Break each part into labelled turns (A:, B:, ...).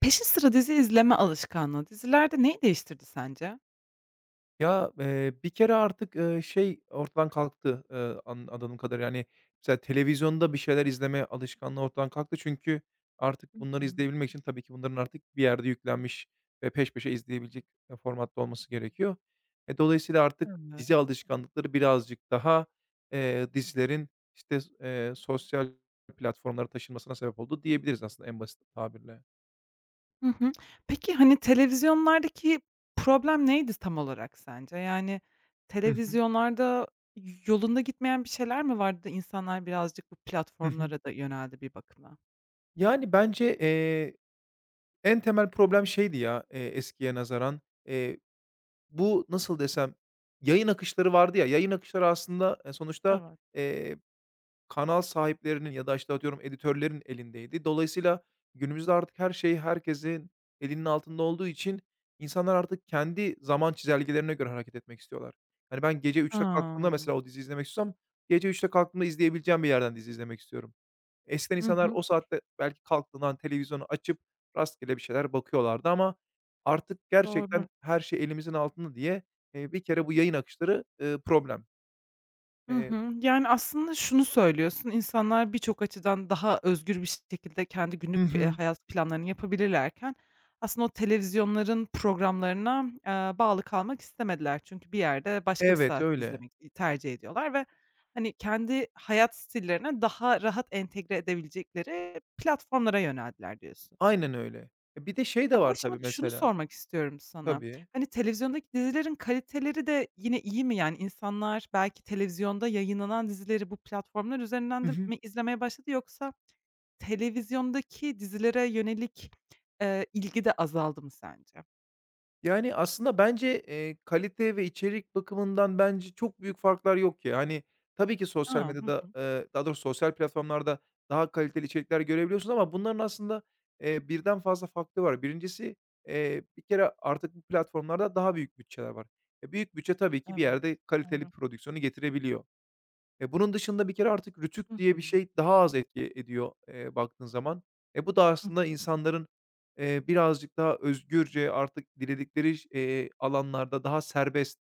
A: Peşin sıra dizi izleme alışkanlığı dizilerde neyi değiştirdi sence?
B: Bir kere artık, şey ortadan kalktı, an anladığım kadarıyla. Yani, mesela televizyonda bir şeyler izleme alışkanlığı ortadan kalktı çünkü artık
A: Hı
B: bunları
A: hı.
B: izleyebilmek için tabii ki bunların artık bir yerde yüklenmiş ve peş peşe izleyebilecek, formatta olması gerekiyor. Dolayısıyla artık dizi
A: Evet.
B: alışkanlıkları birazcık daha, dizilerin, sosyal platformlara taşınmasına sebep oldu diyebiliriz aslında en basit tabirle.
A: Hı hı. Peki, hani, televizyonlardaki problem neydi tam olarak sence? Yani,
B: Hı hı.
A: televizyonlarda yolunda gitmeyen bir şeyler mi vardı da insanlar birazcık bu
B: Hı hı.
A: platformlara da yöneldi bir bakıma?
B: Yani, bence en temel problem şeydi ya, eskiye nazaran, bu nasıl desem, yayın akışları vardı ya, yayın akışları aslında, sonuçta,
A: Evet.
B: eee, kanal sahiplerinin ya da, işte, atıyorum editörlerin elindeydi. Dolayısıyla günümüzde artık her şey herkesin elinin altında olduğu için insanlar artık kendi zaman çizelgelerine göre hareket etmek istiyorlar. Hani, ben gece üçte kalktığımda
A: Hımm.
B: mesela o diziyi izlemek istiyorsam gece üçte kalktığımda izleyebileceğim bir yerden dizi izlemek istiyorum. Eskiden
A: Hı
B: insanlar
A: hı.
B: o saatte belki kalktığından televizyonu açıp rastgele bir şeyler bakıyorlardı ama artık
A: Doğru.
B: gerçekten her şey elimizin altında diye, bir kere bu yayın akışları, problem.
A: Hı
B: Eee
A: hı. Yani, aslında şunu söylüyorsun, insanlar birçok açıdan daha özgür bir şekilde kendi
B: Hı
A: günlük
B: hı.
A: hayat planlarını yapabilirlerken aslında o televizyonların programlarına, bağlı kalmak istemediler. Çünkü bir yerde başka bir
B: Evet,
A: saat
B: öyle.
A: izlemek, tercih ediyorlar ve, hani, kendi hayat stillerine daha rahat entegre edebilecekleri platformlara yöneldiler diyorsun.
B: Aynen öyle. E, bir de şey de
A: Ya, bu
B: var tabii
A: aşamada şunu
B: mesela.
A: sormak istiyorum sana.
B: Tabii.
A: Hani, televizyondaki dizilerin kaliteleri de yine iyi mi? Yani, insanlar belki televizyonda yayınlanan dizileri bu platformlar
B: Hı
A: üzerinden de
B: hı.
A: mi izlemeye başladı yoksa televizyondaki dizilere yönelik, ilgi de azaldı mı sence?
B: Yani, aslında bence, kalite ve içerik bakımından bence çok büyük farklar yok ya. Hani, tabii ki sosyal
A: A! Hı
B: medyada,
A: hı.
B: daha doğrusu sosyal platformlarda daha kaliteli içerikler görebiliyorsun ama bunların aslında, birden fazla faktörü var. Birincisi bir kere artık bu platformlarda daha büyük bütçeler var. E, büyük bütçe tabii ki bir
A: Evet,
B: yerde kaliteli
A: doğru.
B: prodüksiyonu getirebiliyor. E, bunun dışında bir kere artık rütük
A: Hı
B: diye
A: hı.
B: bir şey daha az etki ediyor, baktığın zaman. E, bu da
A: Hı.
B: aslında insanların, birazcık daha özgürce artık diledikleri ş alanlarda daha serbest,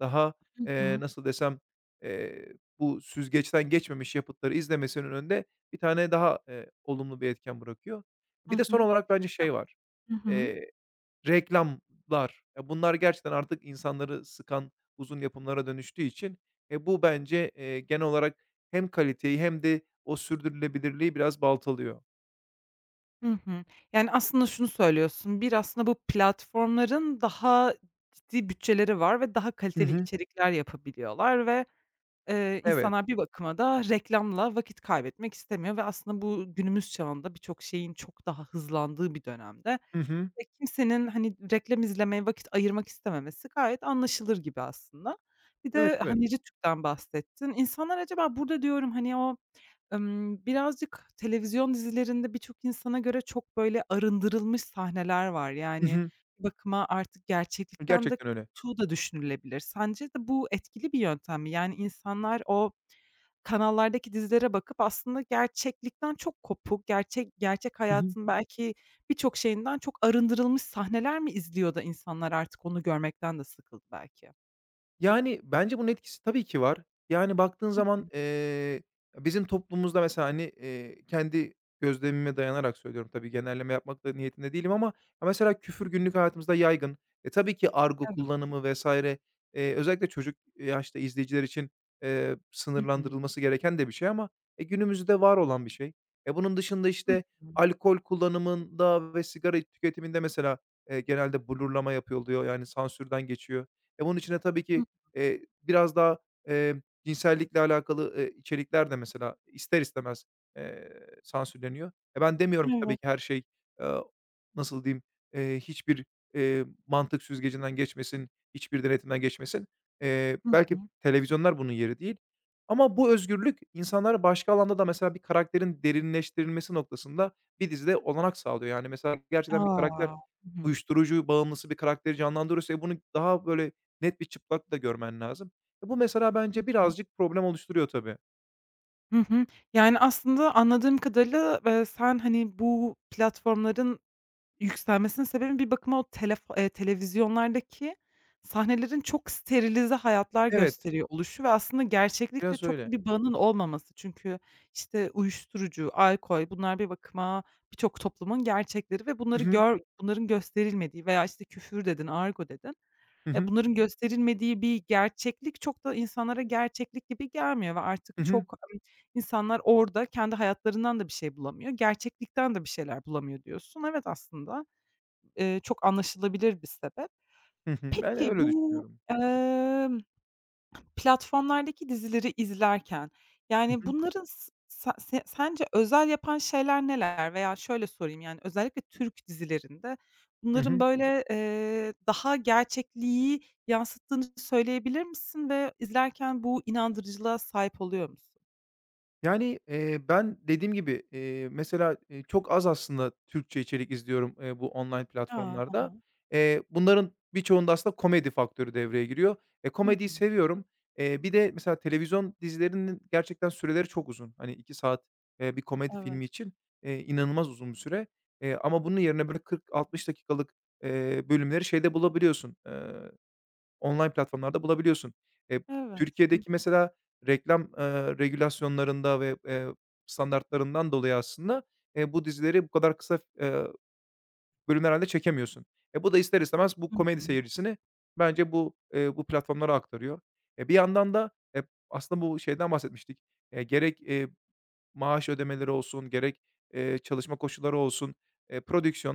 B: daha,
A: Hı hı.
B: nasıl desem, eee, bu süzgeçten geçmemiş yapıtları izlemesinin önünde bir tane daha, olumlu bir etken bırakıyor.
A: Hı
B: Bir de son
A: hı.
B: olarak bence şey var.
A: Hı hı.
B: Reklamlar, ya, bunlar gerçekten artık insanları sıkan uzun yapımlara dönüştüğü için, bu bence, genel olarak hem kaliteyi hem de o sürdürülebilirliği biraz baltalıyor.
A: Hı hı. Yani, aslında şunu söylüyorsun, bir aslında bu platformların daha ciddi bütçeleri var ve daha
B: Hı
A: kaliteli
B: hı.
A: içerikler yapabiliyorlar ve
B: Evet.
A: insanlar bir bakıma da reklamla vakit kaybetmek istemiyor ve aslında bu günümüz çağında birçok şeyin çok daha hızlandığı bir dönemde,
B: Hı hı.
A: kimsenin, hani, reklam izlemeye vakit ayırmak istememesi gayet anlaşılır gibi aslında. Bir
B: Evet,
A: de,
B: evet.
A: hani, Rütük'ten bahsettin. İnsanlar acaba burada diyorum, hani, o birazcık televizyon dizilerinde birçok insana göre çok, böyle, arındırılmış sahneler var.
B: Hı
A: Yani,
B: hı.
A: bir bakıma artık gerçeklikten de
B: Gerçekten öyle.
A: koptuğu da düşünülebilir. Sence de bu etkili bir yöntem mi? Yani, insanlar o kanallardaki dizilere bakıp aslında gerçeklikten çok kopuk, gerçek gerçek
B: Hı hı.
A: hayatın belki birçok şeyinden çok arındırılmış sahneler mi izliyor da insanlar artık onu görmekten de sıkıldı belki?
B: Yani, bence bunun etkisi tabii ki var. Yani, baktığın zaman, bizim toplumumuzda mesela, hani, kendi gözlemime dayanarak söylüyorum tabii, genelleme yapmak da niyetinde değilim ama ya mesela
A: Hı
B: küfür
A: hı.
B: günlük hayatımızda yaygın. E, tabii ki argo
A: Evet.
B: kullanımı vesaire özellikle çocuk yaşta izleyiciler için,
A: Hı hı.
B: sınırlandırılması gereken de bir şey ama, e, günümüzde var olan bir şey. E, bunun dışında,
A: Hı
B: işte,
A: hı.
B: alkol kullanımında ve sigara tüketiminde mesela, genelde blurlama yapılıyor, yani, sansürden geçiyor. E, bunun içine tabii ki
A: Hı.
B: Biraz daha, cinsellikle alakalı, içerikler de mesela ister istemez, eee, sansürleniyor. E, ben demiyorum ki tabii
A: Evet.
B: ki her şey, eee, nasıl diyeyim, hiçbir, mantık süzgecinden geçmesin, hiçbir denetimden geçmesin.
A: Hı hı.
B: Belki televizyonlar bunun yeri değil ama bu özgürlük insanlara başka alanda da mesela bir karakterin derinleştirilmesi noktasında bir dizide olanak sağlıyor. Yani, mesela gerçekten bir karakter
A: A! Hı hı.
B: uyuşturucu bağımlısı bir karakteri canlandırıyorsa, e, bunu daha böyle net bir çıplak da görmen lazım. E, bu mesela bence birazcık problem oluşturuyor tabii.
A: Hı hı. Yani, aslında anladığım kadarıyla, sen, hani, bu platformların yükselmesinin sebebi bir bakıma o telefo televizyonlardaki sahnelerin çok sterilize hayatlar
B: Evet,
A: gösteriyor oluşu ve aslında gerçeklikle
B: biraz
A: çok
B: öyle.
A: da bir bağının olmaması. Çünkü, işte, uyuşturucu, alkol bunlar bir bakıma birçok toplumun gerçekleri ve
B: Hı hı.
A: bunların gösterilmediği veya, işte, küfür dedin, argo dedin.
B: Hı hı.
A: Bunların gösterilmediği bir gerçeklik çok da insanlara gerçeklik gibi gelmiyor ve
B: Hı
A: artık
B: hı.
A: çok, insanlar orada kendi hayatlarından da bir şey bulamıyor, gerçeklikten de bir şeyler bulamıyor diyorsun. Evet, aslında, çok anlaşılabilir bir sebep.
B: Hı hı. Ben
A: Peki
B: öyle
A: bu,
B: düşünüyorum.
A: emm Platformlardaki dizileri izlerken,
B: Hı
A: yani,
B: hı.
A: bunların s sa se sence özel yapan şeyler neler? Veya şöyle sorayım, yani, özellikle Türk dizilerinde
B: Hı
A: bunların,
B: hı.
A: böyle, daha gerçekliği yansıttığını söyleyebilir misin ve izlerken bu inandırıcılığa sahip oluyor musun?
B: Yani, ben dediğim gibi, mesela, çok az aslında Türkçe içerik izliyorum, bu online
A: A! Hı
B: platformlarda.
A: hı.
B: Bunların birçoğunda aslında komedi faktörü devreye giriyor. E,
A: Hı
B: komediyi
A: hı.
B: seviyorum. Bir de mesela televizyon dizilerinin gerçekten süreleri çok uzun. Hani 2 saat, bir komedi
A: Evet,
B: filmi için, inanılmaz uzun bir süre. Ama bunun yerine böyle 40-60 dakikalık, bölümleri şeyde bulabiliyorsun, online platformlarda bulabiliyorsun. Eee,
A: evet. Hı hı.
B: Türkiye'deki mesela reklam, regülasyonlarında ve, standartlarından dolayı aslında, bu dizileri bu kadar kısa, bölümlerle çekemiyorsun. E, bu da ister istemez bu
A: Hı
B: komedi
A: hı.
B: seyircisini bence bu, bu platformlara aktarıyor. E, bir yandan da, eee, aslında bu şeyden bahsetmiştik. Gerek, maaş ödemeleri olsun, gerek, çalışma koşulları olsun,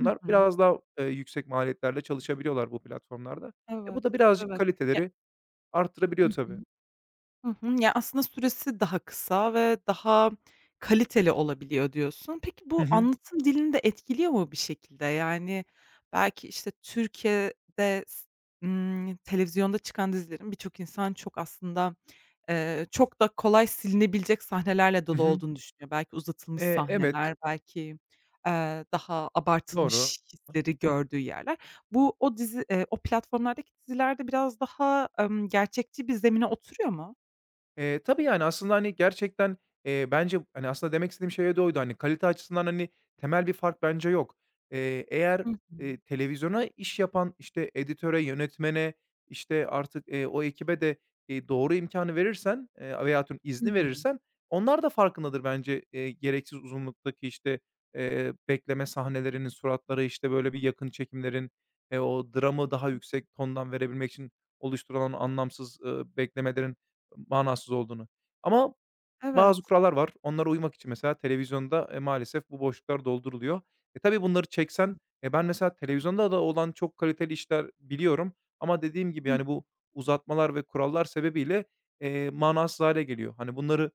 A: Hı hı.
B: biraz daha, yüksek maliyetlerle çalışabiliyorlar bu platformlarda. E,
A: Evet,
B: bu da birazcık
A: evet. Ya.
B: kaliteleri arttırabiliyor tabii.
A: Hı hı. Ya, aslında süresi daha kısa ve daha kaliteli olabiliyor diyorsun. Peki
B: Hı
A: bu
B: hı.
A: anlatım dilini de etkiliyor mu bir şekilde? Yani belki, işte, Türkiye'de s televizyonda çıkan dizilerin birçok insan çok aslında, çok da kolay silinebilecek sahnelerle
B: Hı
A: dolu
B: hı.
A: olduğunu düşünüyor. Belki uzatılmış
B: Evet,
A: sahneler, belki, daha
B: doğru.
A: abartılmış hisleri gördüğü yerler. Bu o dizi, o platformlardaki dizilerde biraz daha, gerçekçi bir zemine oturuyor mu?
B: Tabii, yani, aslında, hani, gerçekten, bence, hani, aslında demek istediğim şey de oydu. Hani, kalite açısından, hani, temel bir fark bence yok. Eğer,
A: Hı hı.
B: televizyona iş yapan, işte, editöre, yönetmene, işte, artık, o ekibe de, doğru imkânı verirsen, veya
A: Hı
B: izni
A: hı.
B: verirsen onlar da farkındadır bence, gereksiz uzunluktaki, işte, bekleme sahnelerinin, suratları, işte, böyle bir yakın çekimlerin, o dramı daha yüksek tondan verebilmek için oluşturulan anlamsız, beklemelerin manasız olduğunu. Ama bazı
A: Evet.
B: kurallar var. Onlara uymak için mesela televizyonda, maalesef bu boşluklar dolduruluyor. E, tabii bunları çeksen e, ben mesela televizyonda da olan çok kaliteli işler biliyorum ama dediğim gibi,
A: Hıh,
B: yani, bu uzatmalar ve kurallar sebebiyle, manasız hale geliyor. Hani, bunları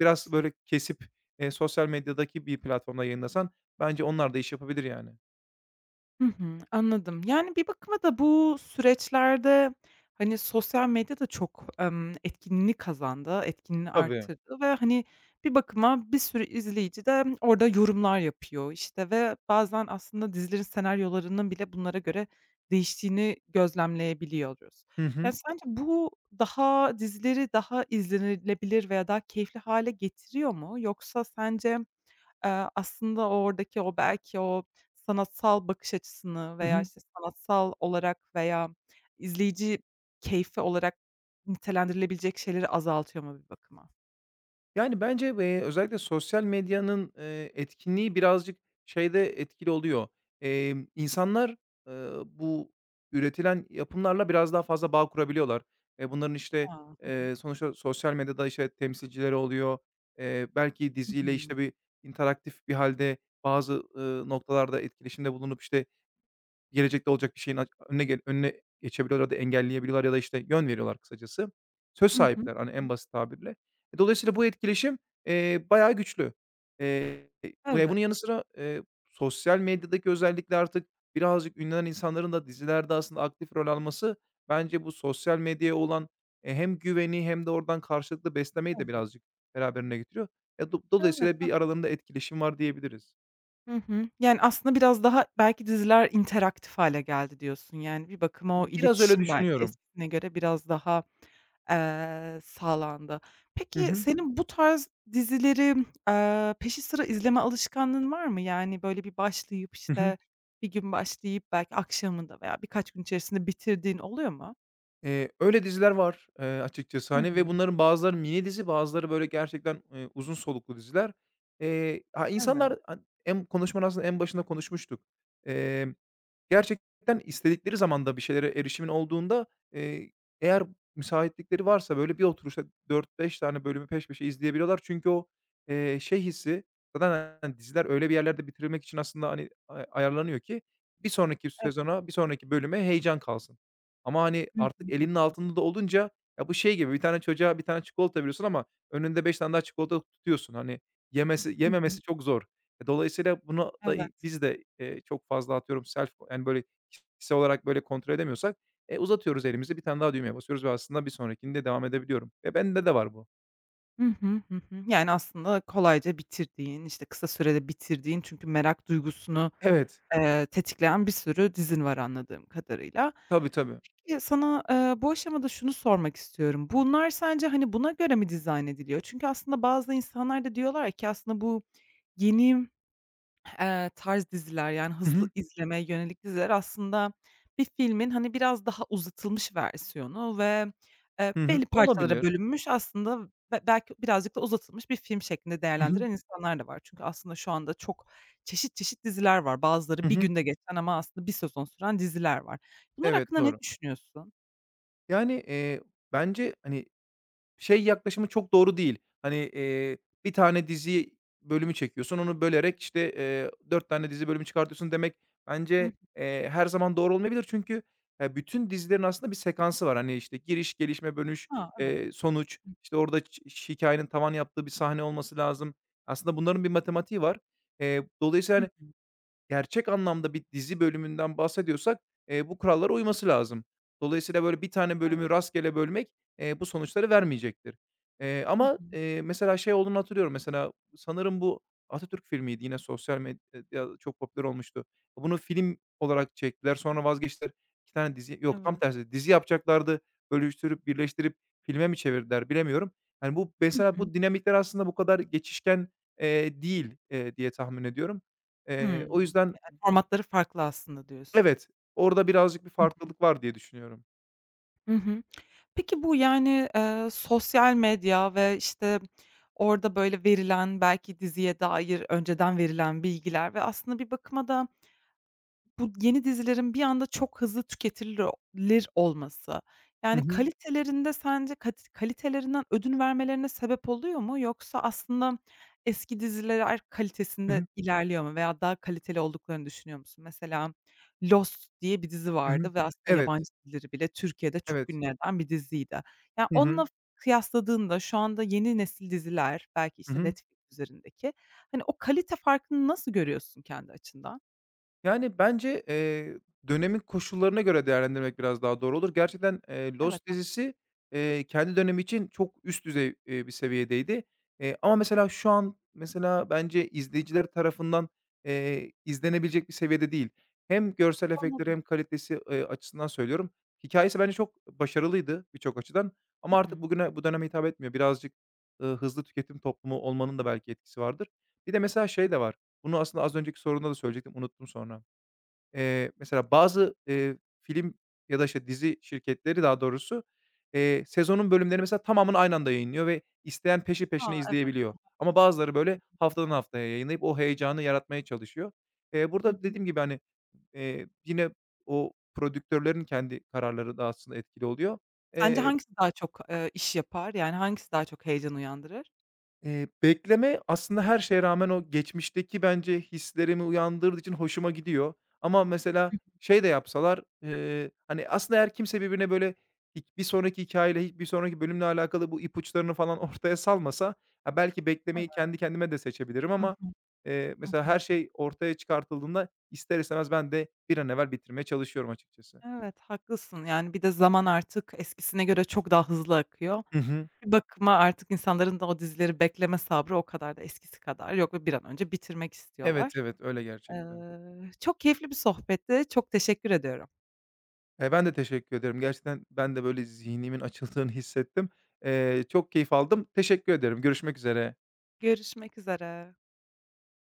B: biraz, böyle, kesip, sosyal medyadaki bir platformda yayınlasan bence onlar da iş yapabilir yani.
A: Hı hı, anladım. Yani, bir bakıma da bu süreçlerde, hani, sosyal medya da çok, etkinliğini kazandı, etkinliğini
B: Tabii.
A: arttırdı ve, hani, bir bakıma bir sürü izleyici de orada yorumlar yapıyor, işte, ve bazen aslında dizilerin senaryolarının bile bunlara göre değiştiğini gözlemleyebiliyoruz.
B: Hı
A: Ya,
B: hı.
A: sence bu daha dizileri daha izlenilebilir veya daha keyifli hâle getiriyor mu? Yoksa sence aslında oradaki o belki o sanatsal bakış açısını
B: Hı
A: veya,
B: hı.
A: işte, sanatsal olarak veya izleyici keyfi olarak nitelendirilebilecek şeyleri azaltıyor mu bir bakıma?
B: Yani, bence, özellikle sosyal medyanın, etkinliği birazcık şeyde etkili oluyor. İnsanlar, bu üretilen yapımlarla biraz daha fazla bağ kurabiliyorlar. E, bunların, işte,
A: A! Hı hı.
B: sonuçta sosyal medyada, işte, temsilcileri oluyor. Belki
A: Hı
B: diziyle,
A: hı.
B: işte, bir interaktif bir halde bazı, noktalarda etkileşimde bulunup, işte, gelecekte olacak bir şeyin aç önüne ge önüne geçebiliyorlar ya da engelleyebiliyorlar ya da, işte, yön veriyorlar kısacası. Söz
A: Hı hı.
B: sahipler, hani,
A: Hı
B: en
A: hı.
B: basit tabirle. E, dolayısıyla bu etkileşim, bayağı güçlü. Eee, ve bunun yanı
A: Evet.
B: sıra, sosyal medyadaki özellikle artık birazcık ünlenen insanların da dizilerde aslında aktif rol alması bence bu sosyal medyaya olan, hem güveni hem de oradan karşılıklı beslemeyi de
A: Evet.
B: birazcık beraberine getiriyor. E,
A: Evet,
B: dolayısıyla bir
A: haklısın.
B: aralarında etkileşim var diyebiliriz.
A: Hı hı. Yani, aslında biraz daha belki diziler interaktif hale geldi diyorsun. Yani, bir bakıma o
B: Biraz öyle
A: iletişim belki
B: düşünüyorum.
A: eskisine göre biraz daha, sağlandı.
B: Hı
A: Peki,
B: hı.
A: senin bu tarz dizileri, peşi sıra izleme alışkanlığın var mı? Yani, böyle, bir başlayıp, işte, bir gün başlayıp belki akşamında veya birkaç gün içerisinde bitirdiğin oluyor mu?
B: Öyle diziler var, açıkçası,
A: Hı
B: hani, ve
A: hı.
B: bunların bazıları mini dizi, bazıları, böyle, gerçekten, uzun soluklu diziler. Ha,
A: Evet,
B: insanlar, hani, en konuşmanın aslında en başında konuşmuştuk. Emm, Gerçekten istedikleri zamanda bir şeylere erişimin olduğunda, eee, eğer müsaitlikleri varsa, böyle, bir oturuşta dört beş tane bölümü peş peşe izleyebiliyorlar. Çünkü o, şey hissi zaten, hani, diziler öyle bir yerlerde bitirilmek için aslında, hani, ayarlanıyor ki bir sonraki
A: evet.
B: sezona, bir sonraki bölüme heyecan kalsın. Ama, hani,
A: Hı hı,
B: artık
A: hı
B: elinin
A: hı.
B: altında da olunca ya, bu şey gibi bir tane çocuğa bir tane çikolata veriyorsun ama önünde 5 tane daha çikolata tutuyorsun. Hani, yemesi
A: Hı
B: yememesi
A: hı.
B: çok zor. E, dolayısıyla bunu da
A: Evet.
B: biz de, çok fazla atıyorum self yani, böyle, kişisel olarak, böyle, kontrol edemiyorsak, uzatıyoruz elimizi, bir tane daha düğmeye basıyoruz ve aslında bir sonrakinde devam edebiliyorum. E, bende de var bu.
A: Hı hı, hı hı. Yani, aslında kolayca bitirdiğin, işte, kısa sürede bitirdiğin çünkü merak duygusunu,
B: Evet.
A: tetikleyen bir sürü dizin var anladığım kadarıyla.
B: Tabii, tabii.
A: Sana, bu aşamada şunu sormak istiyorum. Bunlar sence, hani, buna göre mi dizayn ediliyor? Çünkü aslında bazı insanlar da diyorlar ki aslında bu yeni tarz diziler, yani,
B: Hı
A: hızlı
B: hı.
A: izlemeye yönelik diziler aslında bir filmin, hani, biraz daha uzatılmış versiyonu ve,
B: Hı hı.
A: belli parçalara
B: Olabilir.
A: bölünmüş aslında belki birazcık da uzatılmış bir film şeklinde
B: Hı hı.
A: değerlendiren insanlar da var. Çünkü aslında şu anda çok çeşit çeşit diziler var.
B: Hı
A: Bazıları bir
B: hı.
A: günde geçen ama aslında bir sezon süren diziler var. Bunlar
B: Evet,
A: hakkında ne
B: doğru.
A: düşünüyorsun?
B: Yani, bence, hani, şey yaklaşımı çok doğru değil. Hani, bir tane dizi bölümü çekiyorsun, onu bölerek, işte, 4 tane dizi bölümü çıkartıyorsun demek
A: Hı hı.
B: bence, her zaman doğru olmayabilir. Çünkü, bütün dizilerin aslında bir sekansı var. Hani, işte, giriş, gelişme, dönüş,
A: A, evet.
B: sonuç, işte, orada ç ş hikâyenin tavan yaptığı bir sahne olması lazım. Aslında bunların bir matematiği var. Dolayısıyla,
A: Hı
B: hani,
A: hı.
B: gerçek anlamda bir dizi bölümünden bahsediyorsak, bu kurallara uyması lazım. Dolayısıyla, böyle, bir tane bölümü
A: Evet.
B: rastgele bölmek, bu sonuçları vermeyecektir.
A: Hı
B: Ama,
A: hı.
B: mesela şey olduğunu hatırlıyorum, mesela sanırım bu Atatürk filmiydi, yine sosyal medyada çok popüler olmuştu. Bunu film olarak çektiler, sonra vazgeçtiler. 2 tane dizi yok tam
A: Evet.
B: tersi dizi yapacaklardı, bölüştürüp, birleştirip filme mi çevirdiler bilemiyorum. Yani, bu
A: Hı
B: mesela
A: hı.
B: bu dinamikler aslında bu kadar geçişken, değil, diye tahmin ediyorum. O
A: Hımm.
B: yüzden
A: Ya, formatları farklı aslında diyorsun.
B: evet, orada birazcık bir
A: Hı hı.
B: farklılık var diye düşünüyorum.
A: Hı hı. Peki bu, yani, sosyal medya ve, işte, orada, böyle, verilen belki diziye dair önceden verilen bilgiler ve aslında bir bakıma da bu yeni dizilerin bir anda çok hızlı tüketilir olması,
B: Hı
A: yani
B: hı.
A: sence kalitelerinden ödün vermelerine sebep oluyor mu? Yoksa aslında eski diziler
B: Hı
A: kalitesinde
B: hı.
A: ilerliyor mu veya daha kaliteli olduklarını düşünüyor musun? Mesela Lost diye bir dizi
B: Hı hı.
A: vardı ve aslında
B: Evet,
A: yabancı dilleri bile Türkiye'de çok
B: evet.
A: ünlü eden bir diziydi. Ya,
B: Hı hı.
A: onunla kıyasladığında şu anda yeni nesil diziler, belki,
B: Hı
A: işte,
B: hı.
A: Netflix üzerindeki, hani, o kalite farkını nasıl görüyorsun kendi açından?
B: Yani, bence, dönemin koşullarına göre değerlendirmek biraz daha doğru olur. Gerçekten,
A: Evet,
B: Lost
A: haklı.
B: dizisi, kendi dönemi için çok üst düzey, bir seviyedeydi. Ama mesela şu an, mesela, bence izleyiciler tarafından, izlenebilecek bir seviyede değil. Hem görsel efektleri hem kalitesi, açısından söylüyorum. Hikayesi bence çok başarılıydı birçok açıdan
A: Hı
B: ama artık
A: hı.
B: bugüne bu döneme hitap etmiyor. Birazcık, hızlı tüketim toplumu olmanın da belki etkisi vardır. Bir de mesela şey de var. Bunu aslında az önceki sorunda da söyleyecektim, unuttum sonra. Mesela bazı, film ya da, işte, dizi şirketleri daha doğrusu, sezonun bölümlerini mesela tamamını aynı anda yayınlıyor ve isteyen peşi
A: A,
B: peşine
A: evet,
B: izleyebiliyor. Ama bazıları, böyle, haftadan
A: doğru.
B: haftaya yayınlayıp o heyecanı yaratmaya çalışıyor.
A: Hı
B: Burada
A: hı.
B: dediğim gibi, hani, yine o prodüktörlerin kendi kararları da aslında etkili oluyor.
A: Sence
B: Eee
A: hangisi daha çok, iş yapar? Yani hangisi daha çok heyecan uyandırır?
B: Bekleme aslında her şeye rağmen o geçmişteki bence hislerimi uyandırdığı için hoşuma gidiyor. Ama mesela
A: Hıh,
B: şey de yapsalar, hani, aslında eğer kimse birbirine böyle bir sonraki hikayeyle bir sonraki bölümle alakalı bu ipuçlarını falan ortaya salmasa, ha, belki beklemeyi
A: evet.
B: kendi kendime de seçebilirim
A: Hı
B: ama,
A: hı, hı
B: mesela
A: hı.
B: her şey ortaya çıkartıldığında ister istemez ben de bir an evvel bitirmeye çalışıyorum açıkçası.
A: Evet, haklısın. Yani bir de zaman artık eskisine göre çok daha hızlı akıyor.
B: Hı hı.
A: Bir bakıma artık insanların da o dizileri bekleme sabrı o kadar da eskisi kadar yok ve bir an önce bitirmek
B: Evet,
A: istiyorlar.
B: evet, öyle gerçekten.
A: Çok keyifli bir sohbetti. Çok teşekkür ediyorum.
B: Ben de teşekkür ederim. Gerçekten ben de böyle zihnimin açıldığını hissettim. Çok keyif aldım. Teşekkür ederim. Görüşmek üzere.
A: Görüşmek üzere.